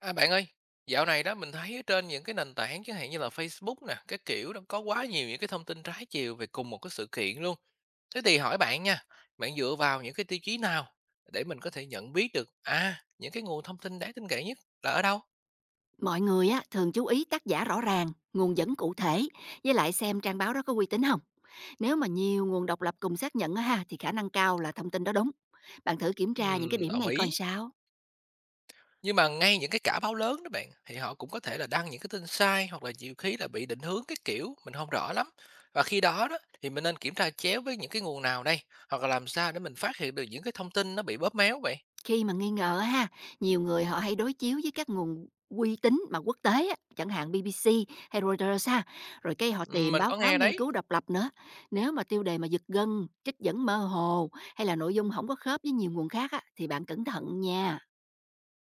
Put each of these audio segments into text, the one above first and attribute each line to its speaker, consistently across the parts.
Speaker 1: À, bạn ơi, dạo này đó mình thấy ở trên những cái nền tảng chẳng hạn như là Facebook nè, cái kiểu đó có quá nhiều những cái thông tin trái chiều về cùng một cái sự kiện luôn. Thế thì hỏi bạn nha, bạn dựa vào những cái tiêu chí nào để mình có thể nhận biết được những cái nguồn thông tin đáng tin cậy nhất là ở đâu?
Speaker 2: Mọi người á, thường chú ý tác giả rõ ràng, nguồn dẫn cụ thể, với lại xem trang báo đó có uy tín không. Nếu mà nhiều nguồn độc lập cùng xác nhận á ha, thì khả năng cao là thông tin đó đúng. Bạn thử kiểm tra những cái điểm
Speaker 1: Ở
Speaker 2: này coi
Speaker 1: Mỹ.
Speaker 2: sao.
Speaker 1: Nhưng mà ngay những cái cả báo lớn đó bạn thì họ cũng có thể là đăng những cái tin sai hoặc là nhiều khi là bị định hướng cái kiểu mình không rõ lắm. Và khi đó đó thì mình nên kiểm tra chéo với những cái nguồn nào đây, hoặc là làm sao để mình phát hiện được những cái thông tin nó bị bóp méo vậy?
Speaker 2: Khi mà nghi ngờ á ha, nhiều người họ hay đối chiếu với các nguồn uy tín mà quốc tế á, chẳng hạn BBC hay Reuters ha, rồi cái họ tìm
Speaker 1: Mình
Speaker 2: báo
Speaker 1: có
Speaker 2: cáo
Speaker 1: nghe
Speaker 2: nghiên
Speaker 1: đấy.
Speaker 2: cứu độc lập nữa. Nếu mà tiêu đề mà giật gân, trích dẫn mơ hồ hay là nội dung không có khớp với nhiều nguồn khác á, thì bạn cẩn thận nha.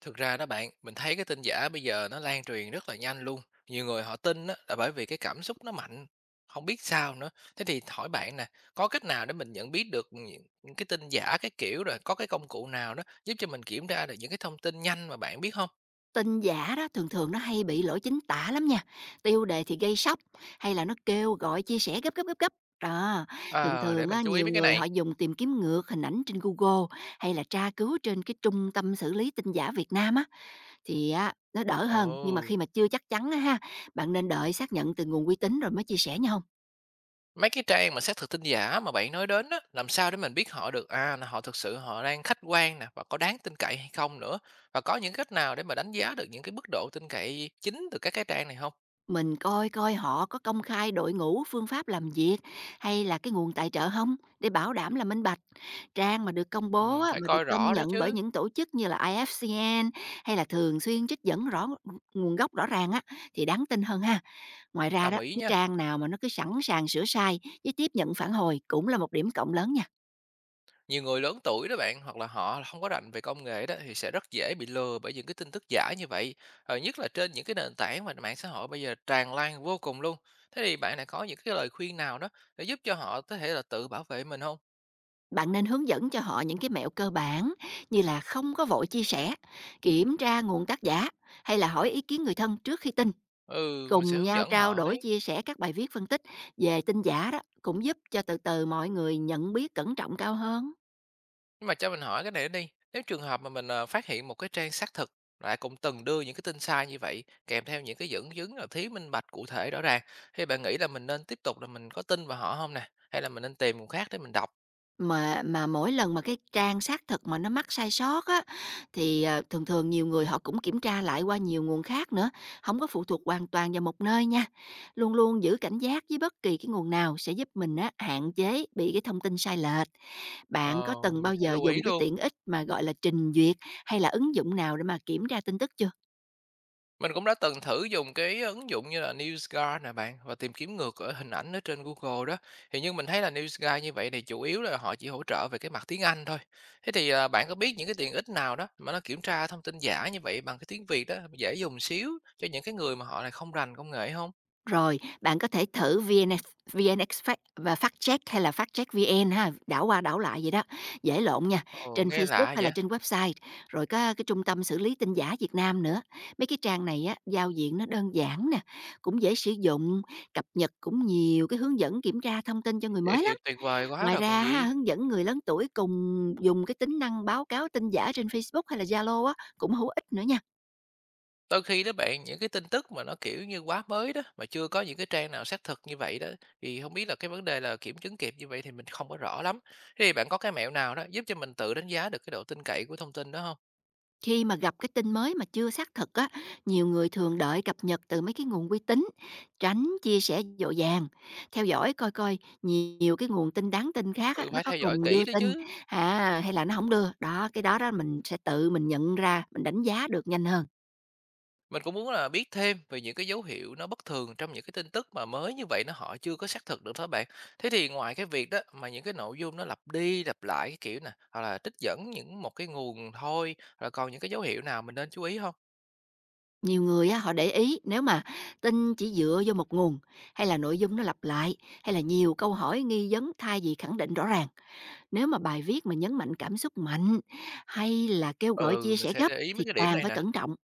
Speaker 1: Thực ra đó bạn, mình thấy cái tin giả bây giờ nó lan truyền rất là nhanh luôn. Nhiều người họ tin đó là bởi vì cái cảm xúc nó mạnh, không biết sao nữa. Thế thì hỏi bạn nè, có cách nào để mình nhận biết được những cái tin giả cái kiểu, rồi có cái công cụ nào đó giúp cho mình kiểm tra được những cái thông tin nhanh mà bạn biết không?
Speaker 2: Tin giả đó thường thường nó hay bị lỗi chính tả lắm nha. Tiêu đề thì gây sốc hay là nó kêu gọi chia sẻ gấp gấp gấp gấp. Đó, thường
Speaker 1: Ờ, để
Speaker 2: thường
Speaker 1: mình
Speaker 2: á,
Speaker 1: chú ý
Speaker 2: nhiều
Speaker 1: mấy cái
Speaker 2: người
Speaker 1: này.
Speaker 2: họ dùng tìm kiếm ngược hình ảnh trên Google hay là tra cứu trên cái trung tâm xử lý tin giả Việt Nam á, thì á, nó đỡ hơn, nhưng mà
Speaker 1: Ồ.
Speaker 2: khi mà chưa chắc chắn á ha, bạn nên đợi xác nhận từ nguồn uy tín rồi mới chia sẻ nha, không
Speaker 1: Mấy cái trang mà xác thực tin giả mà bạn nói đến á, làm sao để mình biết họ được là họ thực sự họ đang khách quan nè, và có đáng tin cậy hay không nữa, và có những cách nào để mà đánh giá được những cái mức độ tin cậy chính từ các cái trang này không?
Speaker 2: mình coi coi họ có công khai đội ngũ, phương pháp làm việc hay là cái nguồn tài trợ không, để bảo đảm là minh bạch. Trang mà được công
Speaker 1: Ừ,
Speaker 2: bố á,
Speaker 1: phải
Speaker 2: mà được
Speaker 1: coi
Speaker 2: công
Speaker 1: rõ đấy
Speaker 2: nhận bởi
Speaker 1: chứ.
Speaker 2: những tổ chức như là IFCN hay là thường xuyên trích dẫn rõ nguồn gốc rõ ràng á, thì đáng tin hơn ha. Ngoài ra
Speaker 1: Đồng
Speaker 2: đó,
Speaker 1: ý
Speaker 2: cái
Speaker 1: nha.
Speaker 2: trang nào mà nó cứ sẵn sàng sửa sai với tiếp nhận phản hồi cũng là một điểm cộng lớn nha.
Speaker 1: Nhiều người lớn tuổi đó bạn, hoặc là họ không có rành về công nghệ đó, thì sẽ rất dễ bị lừa bởi những cái tin tức giả như vậy. Ờ, nhất là trên những cái nền tảng mà mạng xã hội bây giờ tràn lan vô cùng luôn. Thế thì bạn lại có những cái lời khuyên nào đó để giúp cho họ có thể là tự bảo vệ mình không?
Speaker 2: Bạn nên hướng dẫn cho họ những cái mẹo cơ bản, như là không có vội chia sẻ, kiểm tra nguồn tác giả hay là hỏi ý kiến người thân trước khi tin.
Speaker 1: Ừ, mình sẽ
Speaker 2: Cùng
Speaker 1: hướng
Speaker 2: nhau
Speaker 1: dẫn
Speaker 2: trao
Speaker 1: họ
Speaker 2: đổi,
Speaker 1: đấy.
Speaker 2: chia sẻ các bài viết phân tích về tin giả đó cũng giúp cho từ từ mọi người nhận biết, cẩn trọng cao hơn.
Speaker 1: Nhưng mà cho mình hỏi cái này nữa đi, nếu trường hợp mà mình, phát hiện một cái trang xác thực lại cũng từng đưa những cái tin sai như vậy, kèm theo những cái dẫn chứng là thiếu minh bạch cụ thể rõ ràng, thì bạn nghĩ là mình nên tiếp tục là mình có tin vào họ không nè? Hay là mình nên tìm nguồn khác để mình đọc?
Speaker 2: Mà mỗi lần mà cái trang xác thực mà nó mắc sai sót á, thì, thường thường nhiều người họ cũng kiểm tra lại qua nhiều nguồn khác nữa, không có phụ thuộc hoàn toàn vào một nơi nha. Luôn luôn giữ cảnh giác với bất kỳ cái nguồn nào sẽ giúp mình á, hạn chế bị cái thông tin sai lệch. Bạn
Speaker 1: Ờ,
Speaker 2: có từng
Speaker 1: mình
Speaker 2: bao
Speaker 1: sẽ
Speaker 2: giờ
Speaker 1: lưu ý
Speaker 2: dùng cái
Speaker 1: luôn.
Speaker 2: tiện ích mà, gọi là, trình duyệt hay là ứng dụng nào để mà kiểm tra tin tức chưa?
Speaker 1: Mình cũng đã từng thử dùng cái ứng dụng như là NewsGuard nè bạn, và tìm kiếm ngược ở hình ảnh ở trên Google đó. Thì nhưng mình thấy là NewsGuard như vậy thì chủ yếu là họ chỉ hỗ trợ về cái mặt tiếng Anh thôi. Thế thì bạn có biết những cái tiện ích nào đó mà nó kiểm tra thông tin giả như vậy bằng cái tiếng Việt đó, dễ dùng xíu cho những cái người mà họ này không rành công nghệ không?
Speaker 2: Rồi, bạn có thể thử VNX, VNXFact và Fact check, hay là Fact check, FactCheckVN ha, đảo qua đảo lại vậy đó, dễ lộn nha,
Speaker 1: Ồ,
Speaker 2: trên
Speaker 1: nghe
Speaker 2: Facebook
Speaker 1: lạ
Speaker 2: hay là
Speaker 1: vậy.
Speaker 2: trên website, rồi có cái Trung tâm xử lý tin giả Việt Nam nữa. Mấy cái trang này á, giao diện nó đơn giản nè, cũng dễ sử dụng, cập nhật cũng nhiều cái hướng dẫn kiểm tra thông tin cho người
Speaker 1: Vậy
Speaker 2: mới
Speaker 1: thì
Speaker 2: lắm.
Speaker 1: tuyệt vời quá
Speaker 2: Ngoài
Speaker 1: rồi còn
Speaker 2: ra ha,
Speaker 1: gì.
Speaker 2: hướng dẫn người lớn tuổi cùng dùng cái tính năng báo cáo tin giả trên Facebook hay là Zalo á, cũng hữu ích nữa nha.
Speaker 1: Đôi khi đó bạn, những cái tin tức mà nó, kiểu như, quá mới đó, mà chưa có những cái trang nào xác thực như vậy đó, thì không biết là cái vấn đề là kiểm chứng kịp như vậy thì mình không có rõ lắm. Thế thì bạn có cái mẹo nào đó giúp cho mình tự đánh giá được cái độ tin cậy của thông tin đó không?
Speaker 2: Khi mà gặp cái tin mới mà chưa xác thực á, nhiều người thường đợi cập nhật từ mấy cái nguồn uy tín, tránh chia sẻ dội vàng. Theo dõi coi coi nhiều cái nguồn tin đáng tin khác á,
Speaker 1: Ừ,
Speaker 2: nó
Speaker 1: phải
Speaker 2: có
Speaker 1: theo dõi
Speaker 2: cùng
Speaker 1: kỹ
Speaker 2: đưa
Speaker 1: đó
Speaker 2: tin
Speaker 1: chứ.
Speaker 2: à, hay là nó không đưa. Đó, cái đó đó mình sẽ tự mình nhận ra, mình đánh giá được nhanh hơn.
Speaker 1: Mình cũng muốn là biết thêm về những cái dấu hiệu nó bất thường trong những cái tin tức mà mới như vậy, nó họ chưa có xác thực được đó bạn. Thế thì ngoài cái việc đó, mà những cái nội dung nó lặp đi lặp lại cái kiểu nè, hoặc là trích dẫn những một cái nguồn thôi, là còn những cái dấu hiệu nào mình nên chú ý không?
Speaker 2: Nhiều người á, họ để ý nếu mà tin chỉ dựa vô một nguồn, hay là nội dung nó lặp lại, hay là nhiều câu hỏi nghi vấn thay vì khẳng định rõ ràng. Nếu mà bài viết mà nhấn mạnh cảm xúc mạnh hay là kêu gọi
Speaker 1: Ừ,
Speaker 2: chia
Speaker 1: mình
Speaker 2: sẻ
Speaker 1: sẽ
Speaker 2: gấp
Speaker 1: để ý mấy
Speaker 2: thì
Speaker 1: cái điểm
Speaker 2: càng
Speaker 1: này
Speaker 2: phải
Speaker 1: nè.
Speaker 2: cẩn trọng.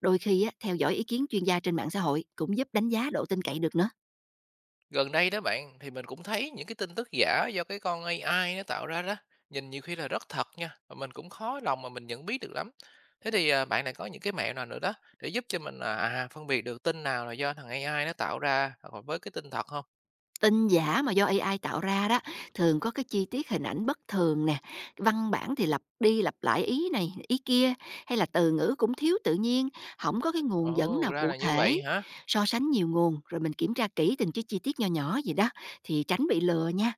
Speaker 2: Đôi khi á, theo dõi ý kiến chuyên gia trên mạng xã hội cũng giúp đánh giá độ tin cậy được nữa.
Speaker 1: Gần đây đó bạn, thì mình cũng thấy những cái tin tức giả do cái con AI nó tạo ra đó, nhìn nhiều khi là rất thật nha, và mình cũng khó lòng mà mình nhận biết được lắm. Thế thì bạn lại có những cái mẹo nào nữa đó để giúp cho mình phân biệt được tin nào là do thằng AI nó tạo ra, hoặc là với cái tin thật không?
Speaker 2: Tin giả mà do AI tạo ra đó thường có cái chi tiết hình ảnh bất thường nè, văn bản thì lặp đi lặp lại ý này ý kia, hay là từ ngữ cũng thiếu tự nhiên, không có cái nguồn dẫn
Speaker 1: Ồ,
Speaker 2: nào
Speaker 1: ra
Speaker 2: cụ
Speaker 1: là như
Speaker 2: thể.
Speaker 1: vậy hả?
Speaker 2: So sánh nhiều nguồn rồi mình kiểm tra kỹ từng cái chi tiết nho nhỏ gì đó thì tránh bị lừa nha.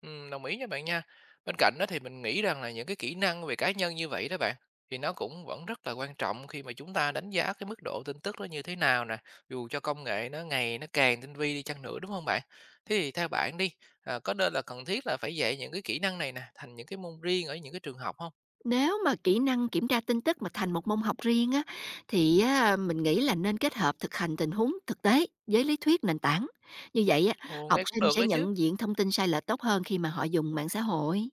Speaker 1: Đồng ý nha bạn nha. Bên cạnh đó thì mình nghĩ rằng là những cái kỹ năng về cá nhân như vậy đó bạn, thì nó cũng vẫn rất là quan trọng khi mà chúng ta đánh giá cái mức độ tin tức nó như thế nào nè, dù cho công nghệ nó ngày nó càng tinh vi đi chăng nữa, đúng không bạn? Thế thì theo bạn đi, có nên là cần thiết là phải dạy những cái kỹ năng này nè thành những cái môn riêng ở những cái trường học không?
Speaker 2: Nếu mà kỹ năng kiểm tra tin tức mà thành một môn học riêng á, thì á, mình nghĩ là nên kết hợp thực hành tình huống thực tế với lý thuyết nền tảng. Như vậy á,
Speaker 1: Ồ,
Speaker 2: học
Speaker 1: nghe cũng
Speaker 2: sinh
Speaker 1: được
Speaker 2: sẽ
Speaker 1: đó chứ.
Speaker 2: nhận diện thông tin sai lệch tốt hơn khi mà họ dùng mạng xã hội.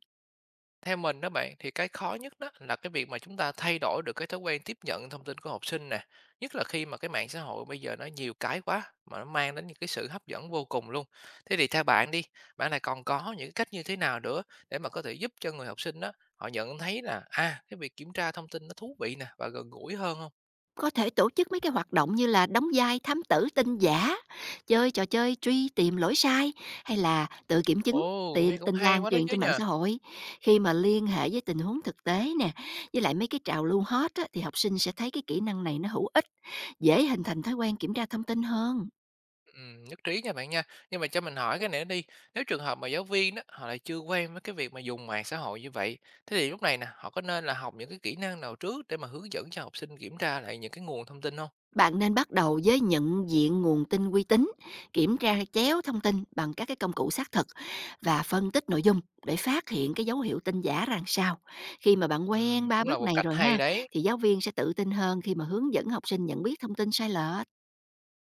Speaker 1: Theo mình đó bạn, thì cái khó nhất đó là cái việc mà chúng ta thay đổi được cái thói quen tiếp nhận thông tin của học sinh nè, nhất là khi mà cái mạng xã hội bây giờ nó nhiều cái quá, mà nó mang đến những cái sự hấp dẫn vô cùng luôn. Thế thì theo bạn đi, bạn lại còn có những cách như thế nào nữa để mà có thể giúp cho người học sinh đó họ nhận thấy là cái việc kiểm tra thông tin nó thú vị nè và gần gũi hơn không?
Speaker 2: Có thể tổ chức mấy cái hoạt động như là đóng vai thám tử tin giả, chơi trò chơi truy tìm lỗi sai, hay là tự kiểm chứng
Speaker 1: Ồ,
Speaker 2: tin
Speaker 1: nghe cũng
Speaker 2: tin
Speaker 1: hay
Speaker 2: lan
Speaker 1: quá đó
Speaker 2: truyền
Speaker 1: chứ
Speaker 2: trên mạng
Speaker 1: nhờ.
Speaker 2: xã hội. Khi mà liên hệ với tình huống thực tế nè, với lại mấy cái trào lưu hot á, thì học sinh sẽ thấy cái kỹ năng này nó hữu ích, dễ hình thành thói quen kiểm tra thông tin hơn.
Speaker 1: Nhất trí nha bạn nha. Nhưng mà cho mình hỏi cái này đi, nếu trường hợp mà giáo viên đó, họ lại chưa quen với cái việc mà dùng mạng xã hội như vậy, thế thì lúc này nè, họ có nên là học những cái kỹ năng nào trước để mà hướng dẫn cho học sinh kiểm tra lại những cái nguồn thông tin không?
Speaker 2: Bạn nên bắt đầu với nhận diện nguồn tin uy tín, kiểm tra chéo thông tin bằng các cái công cụ xác thực và phân tích nội dung, để phát hiện cái dấu hiệu tin giả rằng sao. Khi mà bạn quen ba
Speaker 1: Cũng là
Speaker 2: bước
Speaker 1: một
Speaker 2: này
Speaker 1: cách
Speaker 2: rồi
Speaker 1: hay
Speaker 2: ha,
Speaker 1: đấy.
Speaker 2: thì giáo viên sẽ tự tin hơn khi mà hướng dẫn học sinh nhận biết thông tin sai lệch.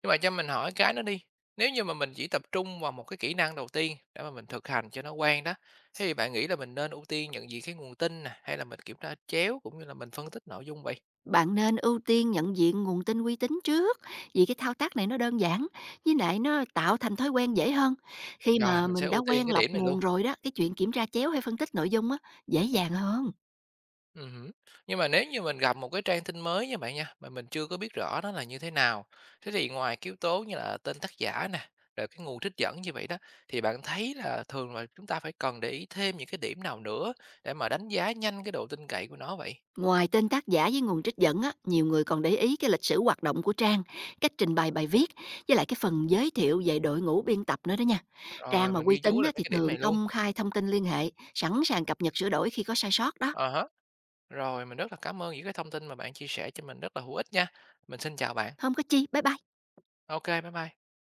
Speaker 1: Nhưng mà cho mình hỏi cái nữa đi, nếu như mà mình chỉ tập trung vào một cái kỹ năng đầu tiên để mà mình thực hành cho nó quen đó, thế thì bạn nghĩ là mình nên ưu tiên nhận diện cái nguồn tin nè, hay là mình kiểm tra chéo cũng như là mình phân tích nội dung vậy?
Speaker 2: Bạn nên ưu tiên nhận diện nguồn tin uy tín trước, vì cái thao tác này nó đơn giản, với lại nó tạo thành thói quen dễ hơn. Khi
Speaker 1: Rồi,
Speaker 2: mà
Speaker 1: mình sẽ
Speaker 2: mình đã
Speaker 1: ưu tiên
Speaker 2: quen
Speaker 1: cái
Speaker 2: lọc
Speaker 1: điểm này
Speaker 2: nguồn
Speaker 1: luôn.
Speaker 2: rồi đó, cái chuyện kiểm tra chéo hay phân tích nội dung á, dễ dàng hơn.
Speaker 1: Ừm. Nhưng mà nếu như mình gặp một cái trang tin mới nha bạn nha, mà mình chưa có biết rõ nó là như thế nào, thế thì ngoài cái yếu tố như là tên tác giả nè, rồi cái nguồn trích dẫn như vậy đó, thì bạn thấy là thường là chúng ta phải cần để ý thêm những cái điểm nào nữa để mà đánh giá nhanh cái độ tin cậy của nó vậy?
Speaker 2: Ngoài tên tác giả với nguồn trích dẫn á, nhiều người còn để ý cái lịch sử hoạt động của trang, cách trình bày bài viết, với lại cái phần giới thiệu về đội ngũ biên tập nữa đó nha. Trang
Speaker 1: Rồi,
Speaker 2: mà
Speaker 1: mình
Speaker 2: uy
Speaker 1: ghi
Speaker 2: tín
Speaker 1: chú
Speaker 2: á,
Speaker 1: lại mấy
Speaker 2: thì
Speaker 1: cái điểm
Speaker 2: thường
Speaker 1: này luôn.
Speaker 2: công khai thông tin liên hệ, sẵn sàng cập nhật sửa đổi khi có sai sót đó.
Speaker 1: À há, rồi, mình rất là cảm ơn những cái thông tin mà bạn chia sẻ cho mình rất là hữu ích nha. Mình xin chào bạn.
Speaker 2: Không có chi, bye bye.
Speaker 1: Ok, bye bye.